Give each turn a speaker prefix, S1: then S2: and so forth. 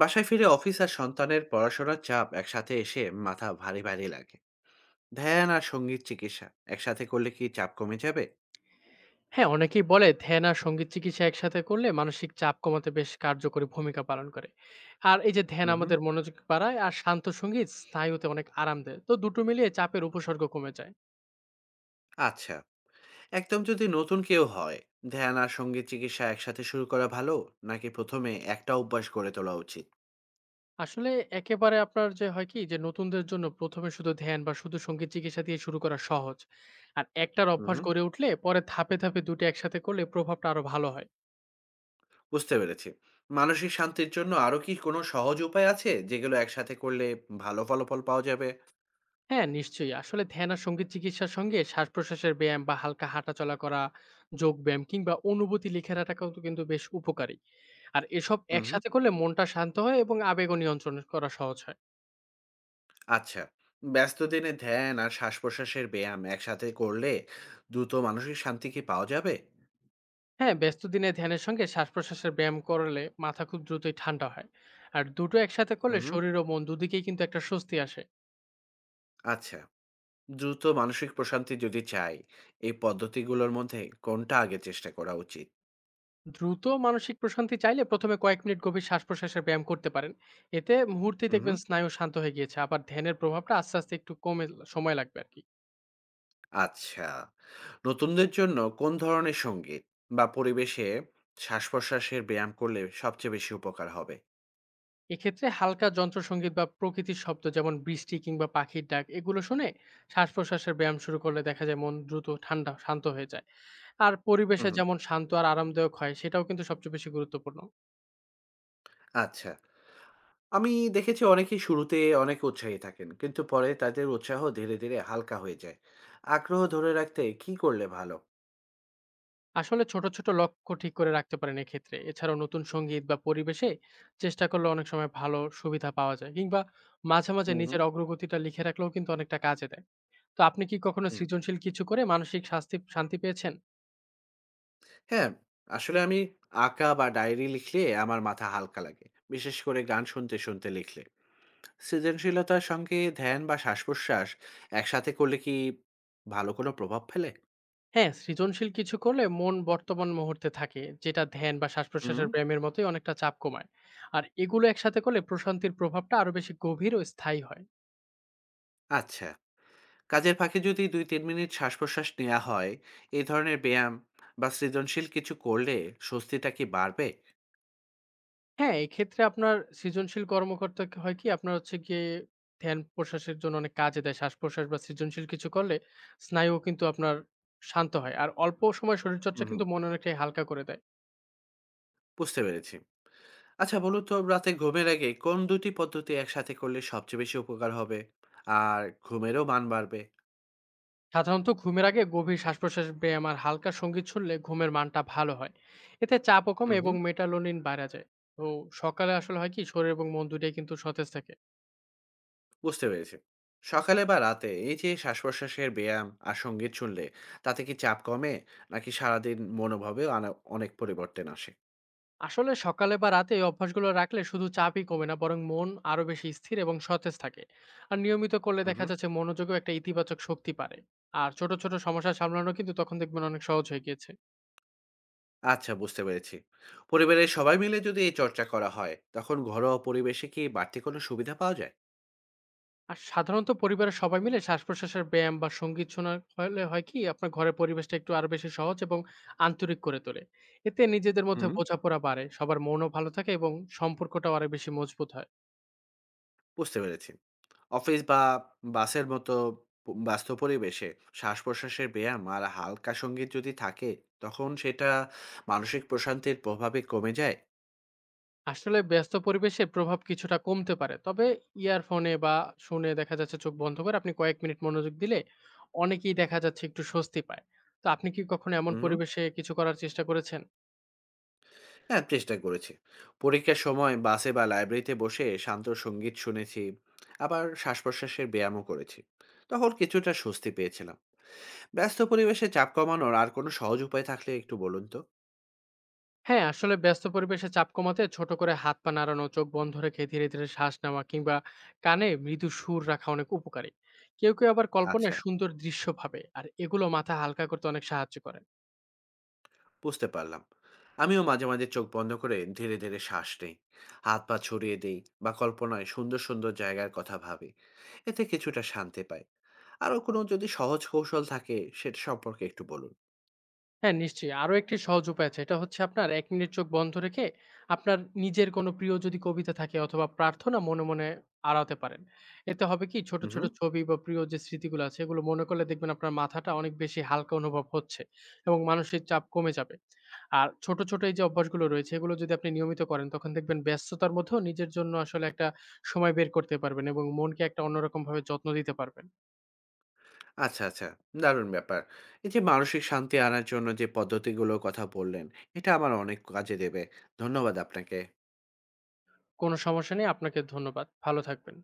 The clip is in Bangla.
S1: বাসায় ফিরে অফিস আর সন্তানের পড়াশোনার চাপ একসাথে এসে মাথা ভারী ভারী লাগে। ধ্যান আর সঙ্গীত চিকিৎসা একসাথে করলে কি চাপ কমে যাবে?
S2: হ্যাঁ, অনেকেই বলে ধ্যান আর সঙ্গীত চিকিৎসা একসাথে করলে মানসিক চাপ কমাতে বেশ কার্যকরী ভূমিকা পালন করে। আর এই যে ধ্যান
S1: হুম হুম
S2: আমাদের মনোযোগ বাড়ায় আর শান্ত সঙ্গীত স্নায়ুতে অনেক আরাম দেয়। তো দুটো মিলিয়ে চাপের উপসর্গ কমে যায়।
S1: আচ্ছা। একদম যদি নতুন কেউ হয়, ধ্যান আর সঙ্গীত চিকিৎসা একসাথে শুরু করা ভালো, নাকি প্রথমে একটা অভ্যাস গড়ে তোলা উচিত?
S2: আসলে একেবারে আপনার যে হয় কি যে নতুনদের জন্য ১ম এ শুধু ধ্যান বা শুধু সঙ্গীত চিকিৎসা দিয়ে শুরু করা সহজ। আর একটার
S1: হুম
S2: অভ্যাস
S1: হুম
S2: গড়ে উঠলে পরে ধাপে ধাপে ২ টা একসাথে করলে প্রভাবটা আরো ভালো হয়।
S1: বুঝতে পেরেছি। মানসিক শান্তির জন্য আরো কি কোনো সহজ উপায় আছে, যেগুলো একসাথে করলে ভালো ফলাফল পাওয়া যাবে?
S2: হ্যাঁ, নিশ্চয়ই। আসলে ধ্যান আর সঙ্গীত চিকিৎসার সঙ্গে শ্বাস-প্রশ্বাসের ব্যায়াম বা হালকা হাঁটাচলা করা, যোগ ব্যায়াম কিংবা অনুভূতি লিখে রাখাটাও তো কিন্তু বেশ উপকারী। আর এসব
S1: হুম হুম
S2: একসাথে করলে মনটা শান্ত হয় এবং আবেগও নিয়ন্ত্রণ করা সহজ হয়।
S1: আচ্ছা। ব্যস্ত দিনে ধ্যান আর শ্বাস-প্রশ্বাসের ব্যায়াম একসাথে করলে দ্রুত মানসিক শান্তি কি পাওয়া যাবে?
S2: হ্যাঁ, ব্যস্ত দিনে ধ্যানের সঙ্গে শ্বাস-প্রশ্বাসের ব্যায়াম করলে মাথা খুব দ্রুতই ঠান্ডা হয়। আর দুটো একসাথে করলে
S1: হুম,
S2: শরীর ও মন দুদিকেই কিন্তু একটা স্বস্তি আসে।
S1: আচ্ছা। দ্রুত মানসিক প্রশান্তি যদি চাই, এই পদ্ধতিগুলোর মধ্যে কোনটা আগে চেষ্টা করা উচিত?
S2: দ্রুত মানসিক প্রশান্তি চাইলে প্রথমে কয়েক মিনিট গভীর শ্বাস-প্রশ্বাসের ব্যায়াম করতে পারেন। এতে মুহূর্তেই
S1: হুম,
S2: দেখবেন স্নায়ু শান্ত হয়ে গিয়েছে। আবার ধ্যানের প্রভাবটা আস্তে আস্তে একটু কমে, সময় লাগবে আরকি।
S1: আচ্ছা। নতুনদের জন্য কোন ধরনের সংগীত বা পরিবেশে শ্বাস-প্রশ্বাসের ব্যায়াম করলে সবচেয়ে বেশি উপকার হবে?
S2: এক্ষেত্রে হালকা যন্ত্রসঙ্গীত বা প্রকৃতির শব্দ যেমন বৃষ্টি কিংবা পাখির ডাক এগুলো শুনে শ্বাস প্রশ্বাসের ব্যায়াম শুরু করলে দেখা যায় মন দ্রুত ঠান্ডা শান্ত হয়ে যায়। আর পরিবেশে
S1: হুম,
S2: যেমন শান্ত আর আরামদায়ক হয় সেটাও কিন্তু সবচেয়ে বেশি গুরুত্বপূর্ণ।
S1: আচ্ছা। আমি দেখেছি অনেকেই শুরুতে অনেক উৎসাহী থাকেন, কিন্তু পরে তাদের উৎসাহ ধীরে ধীরে হালকা হয়ে যায়। আগ্রহ ধরে রাখতে কি করলে ভালো?
S2: আসলে ছোট ছোট লক্ষ্য ঠিক করে রাখতে পারেন এক্ষেত্রে। এছাড়াও নতুন সঙ্গীত বা পরিবেশে চেষ্টা করলে অনেক সময় ভালো সুবিধা পাওয়া যায়, কিংবা মাঝে মাঝে
S1: হুম হুম
S2: নিজের অগ্রগতিটা লিখে রাখলেও কিন্তু অনেকটা কাজে দেয়। তো আপনি কি কখনো
S1: হুম
S2: সৃজনশীল কিছু করে মানসিক শাস্তি শান্তি পেয়েছেন?
S1: হ্যাঁ, আসলে আমি আঁকা বা ডায়েরি লিখলে আমার মাথা হালকা লাগে, বিশেষ করে গান শুনতে শুনতে লিখলে। সৃজনশীলতার সঙ্গে ধ্যান বা শ্বাস প্রশ্বাস একসাথে করলে কি ভালো কোনো প্রভাব ফেলে?
S2: হ্যাঁ, সৃজনশীল কিছু করলে মন বর্তমান মুহূর্তে থাকে, যেটা ধ্যান বা
S1: হুম।
S2: শ্বাসপ্রশ্বাসের ব্যায়ামের মতোই অনেকটা চাপ কমায়। আর এগুলো একসাথে করলে প্রশান্তির প্রভাবটা আরো বেশি গভীর ও স্থায়ী হয়।
S1: আচ্ছা। কাজের ফাঁকে যদি দুই তিন মিনিট শ্বাস প্রশ্বাস নেওয়া হয়, এই ধরনের ব্যায়াম বা সৃজনশীল কিছু করলে স্বস্তিটা কি বাড়বে?
S2: হ্যাঁ, এক্ষেত্রে আপনার সৃজনশীল কর্মকর্তা ক হয় কি আপনার হচ্ছে গিয়ে ধ্যান প্রশ্বাসের জন্য অনেক কাজে দেয়। শ্বাসপ্রশ্বাস বা সৃজনশীল কিছু করলে স্নায়ুও কিন্তু আপনার শান্ত হয়। আর অল্প সময় শরীরচর্চা
S1: হুম, হুম।
S2: কিন্তু মন অনেকটাই হালকা করে দেয়।
S1: বুঝতে পেরেছি। আচ্ছা বলুন তো, রাতে ঘুমের আগে কোন ২ টি পদ্ধতি একসাথে করলে সবচেয়ে বেশি উপকার হবে? আর ঘুমেরও মান বাড়বে?
S2: সাধারণত ঘুমের আগে গভীর শ্বাস-প্রশ্বাস ব্যায়াম আর হালকা সঙ্গীত শুনলে ঘুমের মানটা ভালো হয়, এতে চাপও কমে
S1: হুম,
S2: এবং
S1: হুম।
S2: মেটালোনিন বাড়া যায়। তো সকালে আসলে হয় কি শরীর এবং মন দুটাই কিন্তু সতেজ থাকে।
S1: বুঝতে পেরেছি। সকালে বা রাতে এই যে শ্বাস-প্রশ্বাসের ব্যায়াম আর সংগীত শুনলে, তাতে কি চাপ কমে? নাকি সারাদিন মনোভাবেও আনা অনেক পরিবর্তন আসে?
S2: আসলে সকালে বা রাতে এই অভ্যাসগুলো রাখলে শুধু চাপই কমে না, বরং মন আরো বেশি স্থির এবং সতেজ থাকে। আর নিয়মিত করলে
S1: হুম,
S2: দেখা
S1: হুম।
S2: যাচ্ছে মনোযোগেও একটা ইতিবাচক শক্তি পারে। আর ছোট ছোট সমস্যা সামলানো কিন্তু তখন দেখবেন অনেক সহজ হয়ে গিয়েছে।
S1: আচ্ছা, বুঝতে পেরেছি। পরিবারের সবাই মিলে যদি এই চর্চা করা হয়, তখন ঘরোয়া পরিবেশে কি বাড়তি কোনো সুবিধা পাওয়া যায়?
S2: আর সাধারণত পরিবারের সবাই মিলে শ্বাস-প্রশ্বাসের ব্যায়াম বা সঙ্গীত শোনা হলে হয় কি আপনার ঘরের পরিবেশটা একটু আরো বেশি সহজ এবং আন্তরিক করে তোলে। এতে নিজেদের মধ্যে
S1: হুম।
S2: বোঝাপড়া বাড়ে, সবার মনও ভালো থাকে এবং সম্পর্কটাও আরো বেশি মজবুত হয়।
S1: বুঝতে পেরেছি। অফিস বা বাসের মতো ব্যস্ত পরিবেশে শ্বাস প্রশ্বাসের ব্যায়াম আর হালকা সঙ্গীত যদি থাকে, তখন সেটা মানসিক প্রশান্তির প্রভাবে কমে যায়?
S2: আসলে ব্যস্ত পরিবেশে প্রভাব কিছুটা কমতে পারে। তবে ইয়ারফোনে বা শুনে দেখা যাচ্ছে চোখ বন্ধ করে আপনি কয়েক মিনিট মনোযোগ দিলে অনেকেই দেখা যাচ্ছে একটু স্বস্তি পায়। তো আপনি কি কখনো এমন
S1: হুম,
S2: পরিবেশে কিছু করার চেষ্টা করেছেন?
S1: হ্যাঁ, চেষ্টা করেছি। পরীক্ষার সময় বাসে বা লাইব্রেরিতে বসে শান্ত সঙ্গীত শুনেছি, আবার শ্বাস প্রশ্বাসের ব্যায়ামও করেছি, তখন কিছুটা স্বস্তি পেয়েছিলাম। ব্যস্ত পরিবেশে চাপ কমানোর আর কোনো সহজ উপায় থাকলে একটু বলুন তো।
S2: হ্যাঁ, আসলে ব্যস্ত পরিবেশে চাপ কমাতে ছোট করে হাত পা নাড়ানো, চোখ বন্ধ রেখে ধীরে ধীরে শ্বাস নেওয়া কিংবা কানে মৃদু সুর রাখা অনেক উপকারী। কেউ কেউ আবার
S1: আচ্ছা,
S2: কল্পনায় সুন্দর দৃশ্য ভাবে। আর এগুলো মাথা হালকা করতে অনেক সাহায্য করে।
S1: বুঝতে পারলাম। আমিও মাঝে মাঝে চোখ বন্ধ করে ধীরে ধীরে শ্বাস নেই, হাত পা ছড়িয়ে দেই বা কল্পনায় সুন্দর সুন্দর জায়গার কথা ভাবি, এতে কিছুটা শান্তি পাই। আরও কোনো যদি সহজ কৌশল থাকে, সেটা সম্পর্কে একটু বলুন।
S2: হ্যাঁ, নিশ্চয়ই। আরো একটি সহজ উপায় আছে। এটা হচ্ছে আপনার ১ মিনিট চোখ বন্ধ রেখে আপনার নিজের কোনো প্রিয় যদি কবিতা থাকে অথবা প্রার্থনা মনে মনে আওড়াতে পারেন। এতে হবে কি ছোট ছোট
S1: হুম।
S2: ছবি বা প্রিয় যে স্মৃতিগুলো আছে এগুলো মনে করলে দেখবেন আপনার মাথাটা অনেক বেশি হালকা অনুভব হচ্ছে এবং মানসিক চাপ কমে যাবে। আর ছোট ছোট এই যে অভ্যাসগুলো রয়েছে এগুলো যদি আপনি নিয়মিত করেন তখন দেখবেন ব্যস্ততার মধ্যেও নিজের জন্য আসলে একটা সময় বের করতে পারবেন এবং মনকে একটা অন্যরকম ভাবে যত্ন দিতে পারবেন।
S1: আচ্ছা, আচ্ছা। দারুণ ব্যাপার। এই যে মানসিক শান্তি আনার জন্য যে পদ্ধতিগুলোর কথা বললেন, এটা আমার অনেক কাজে দেবে। ধন্যবাদ আপনাকে।
S2: কোনো সমস্যা নেই। আপনাকে ধন্যবাদ। ভালো থাকবেন।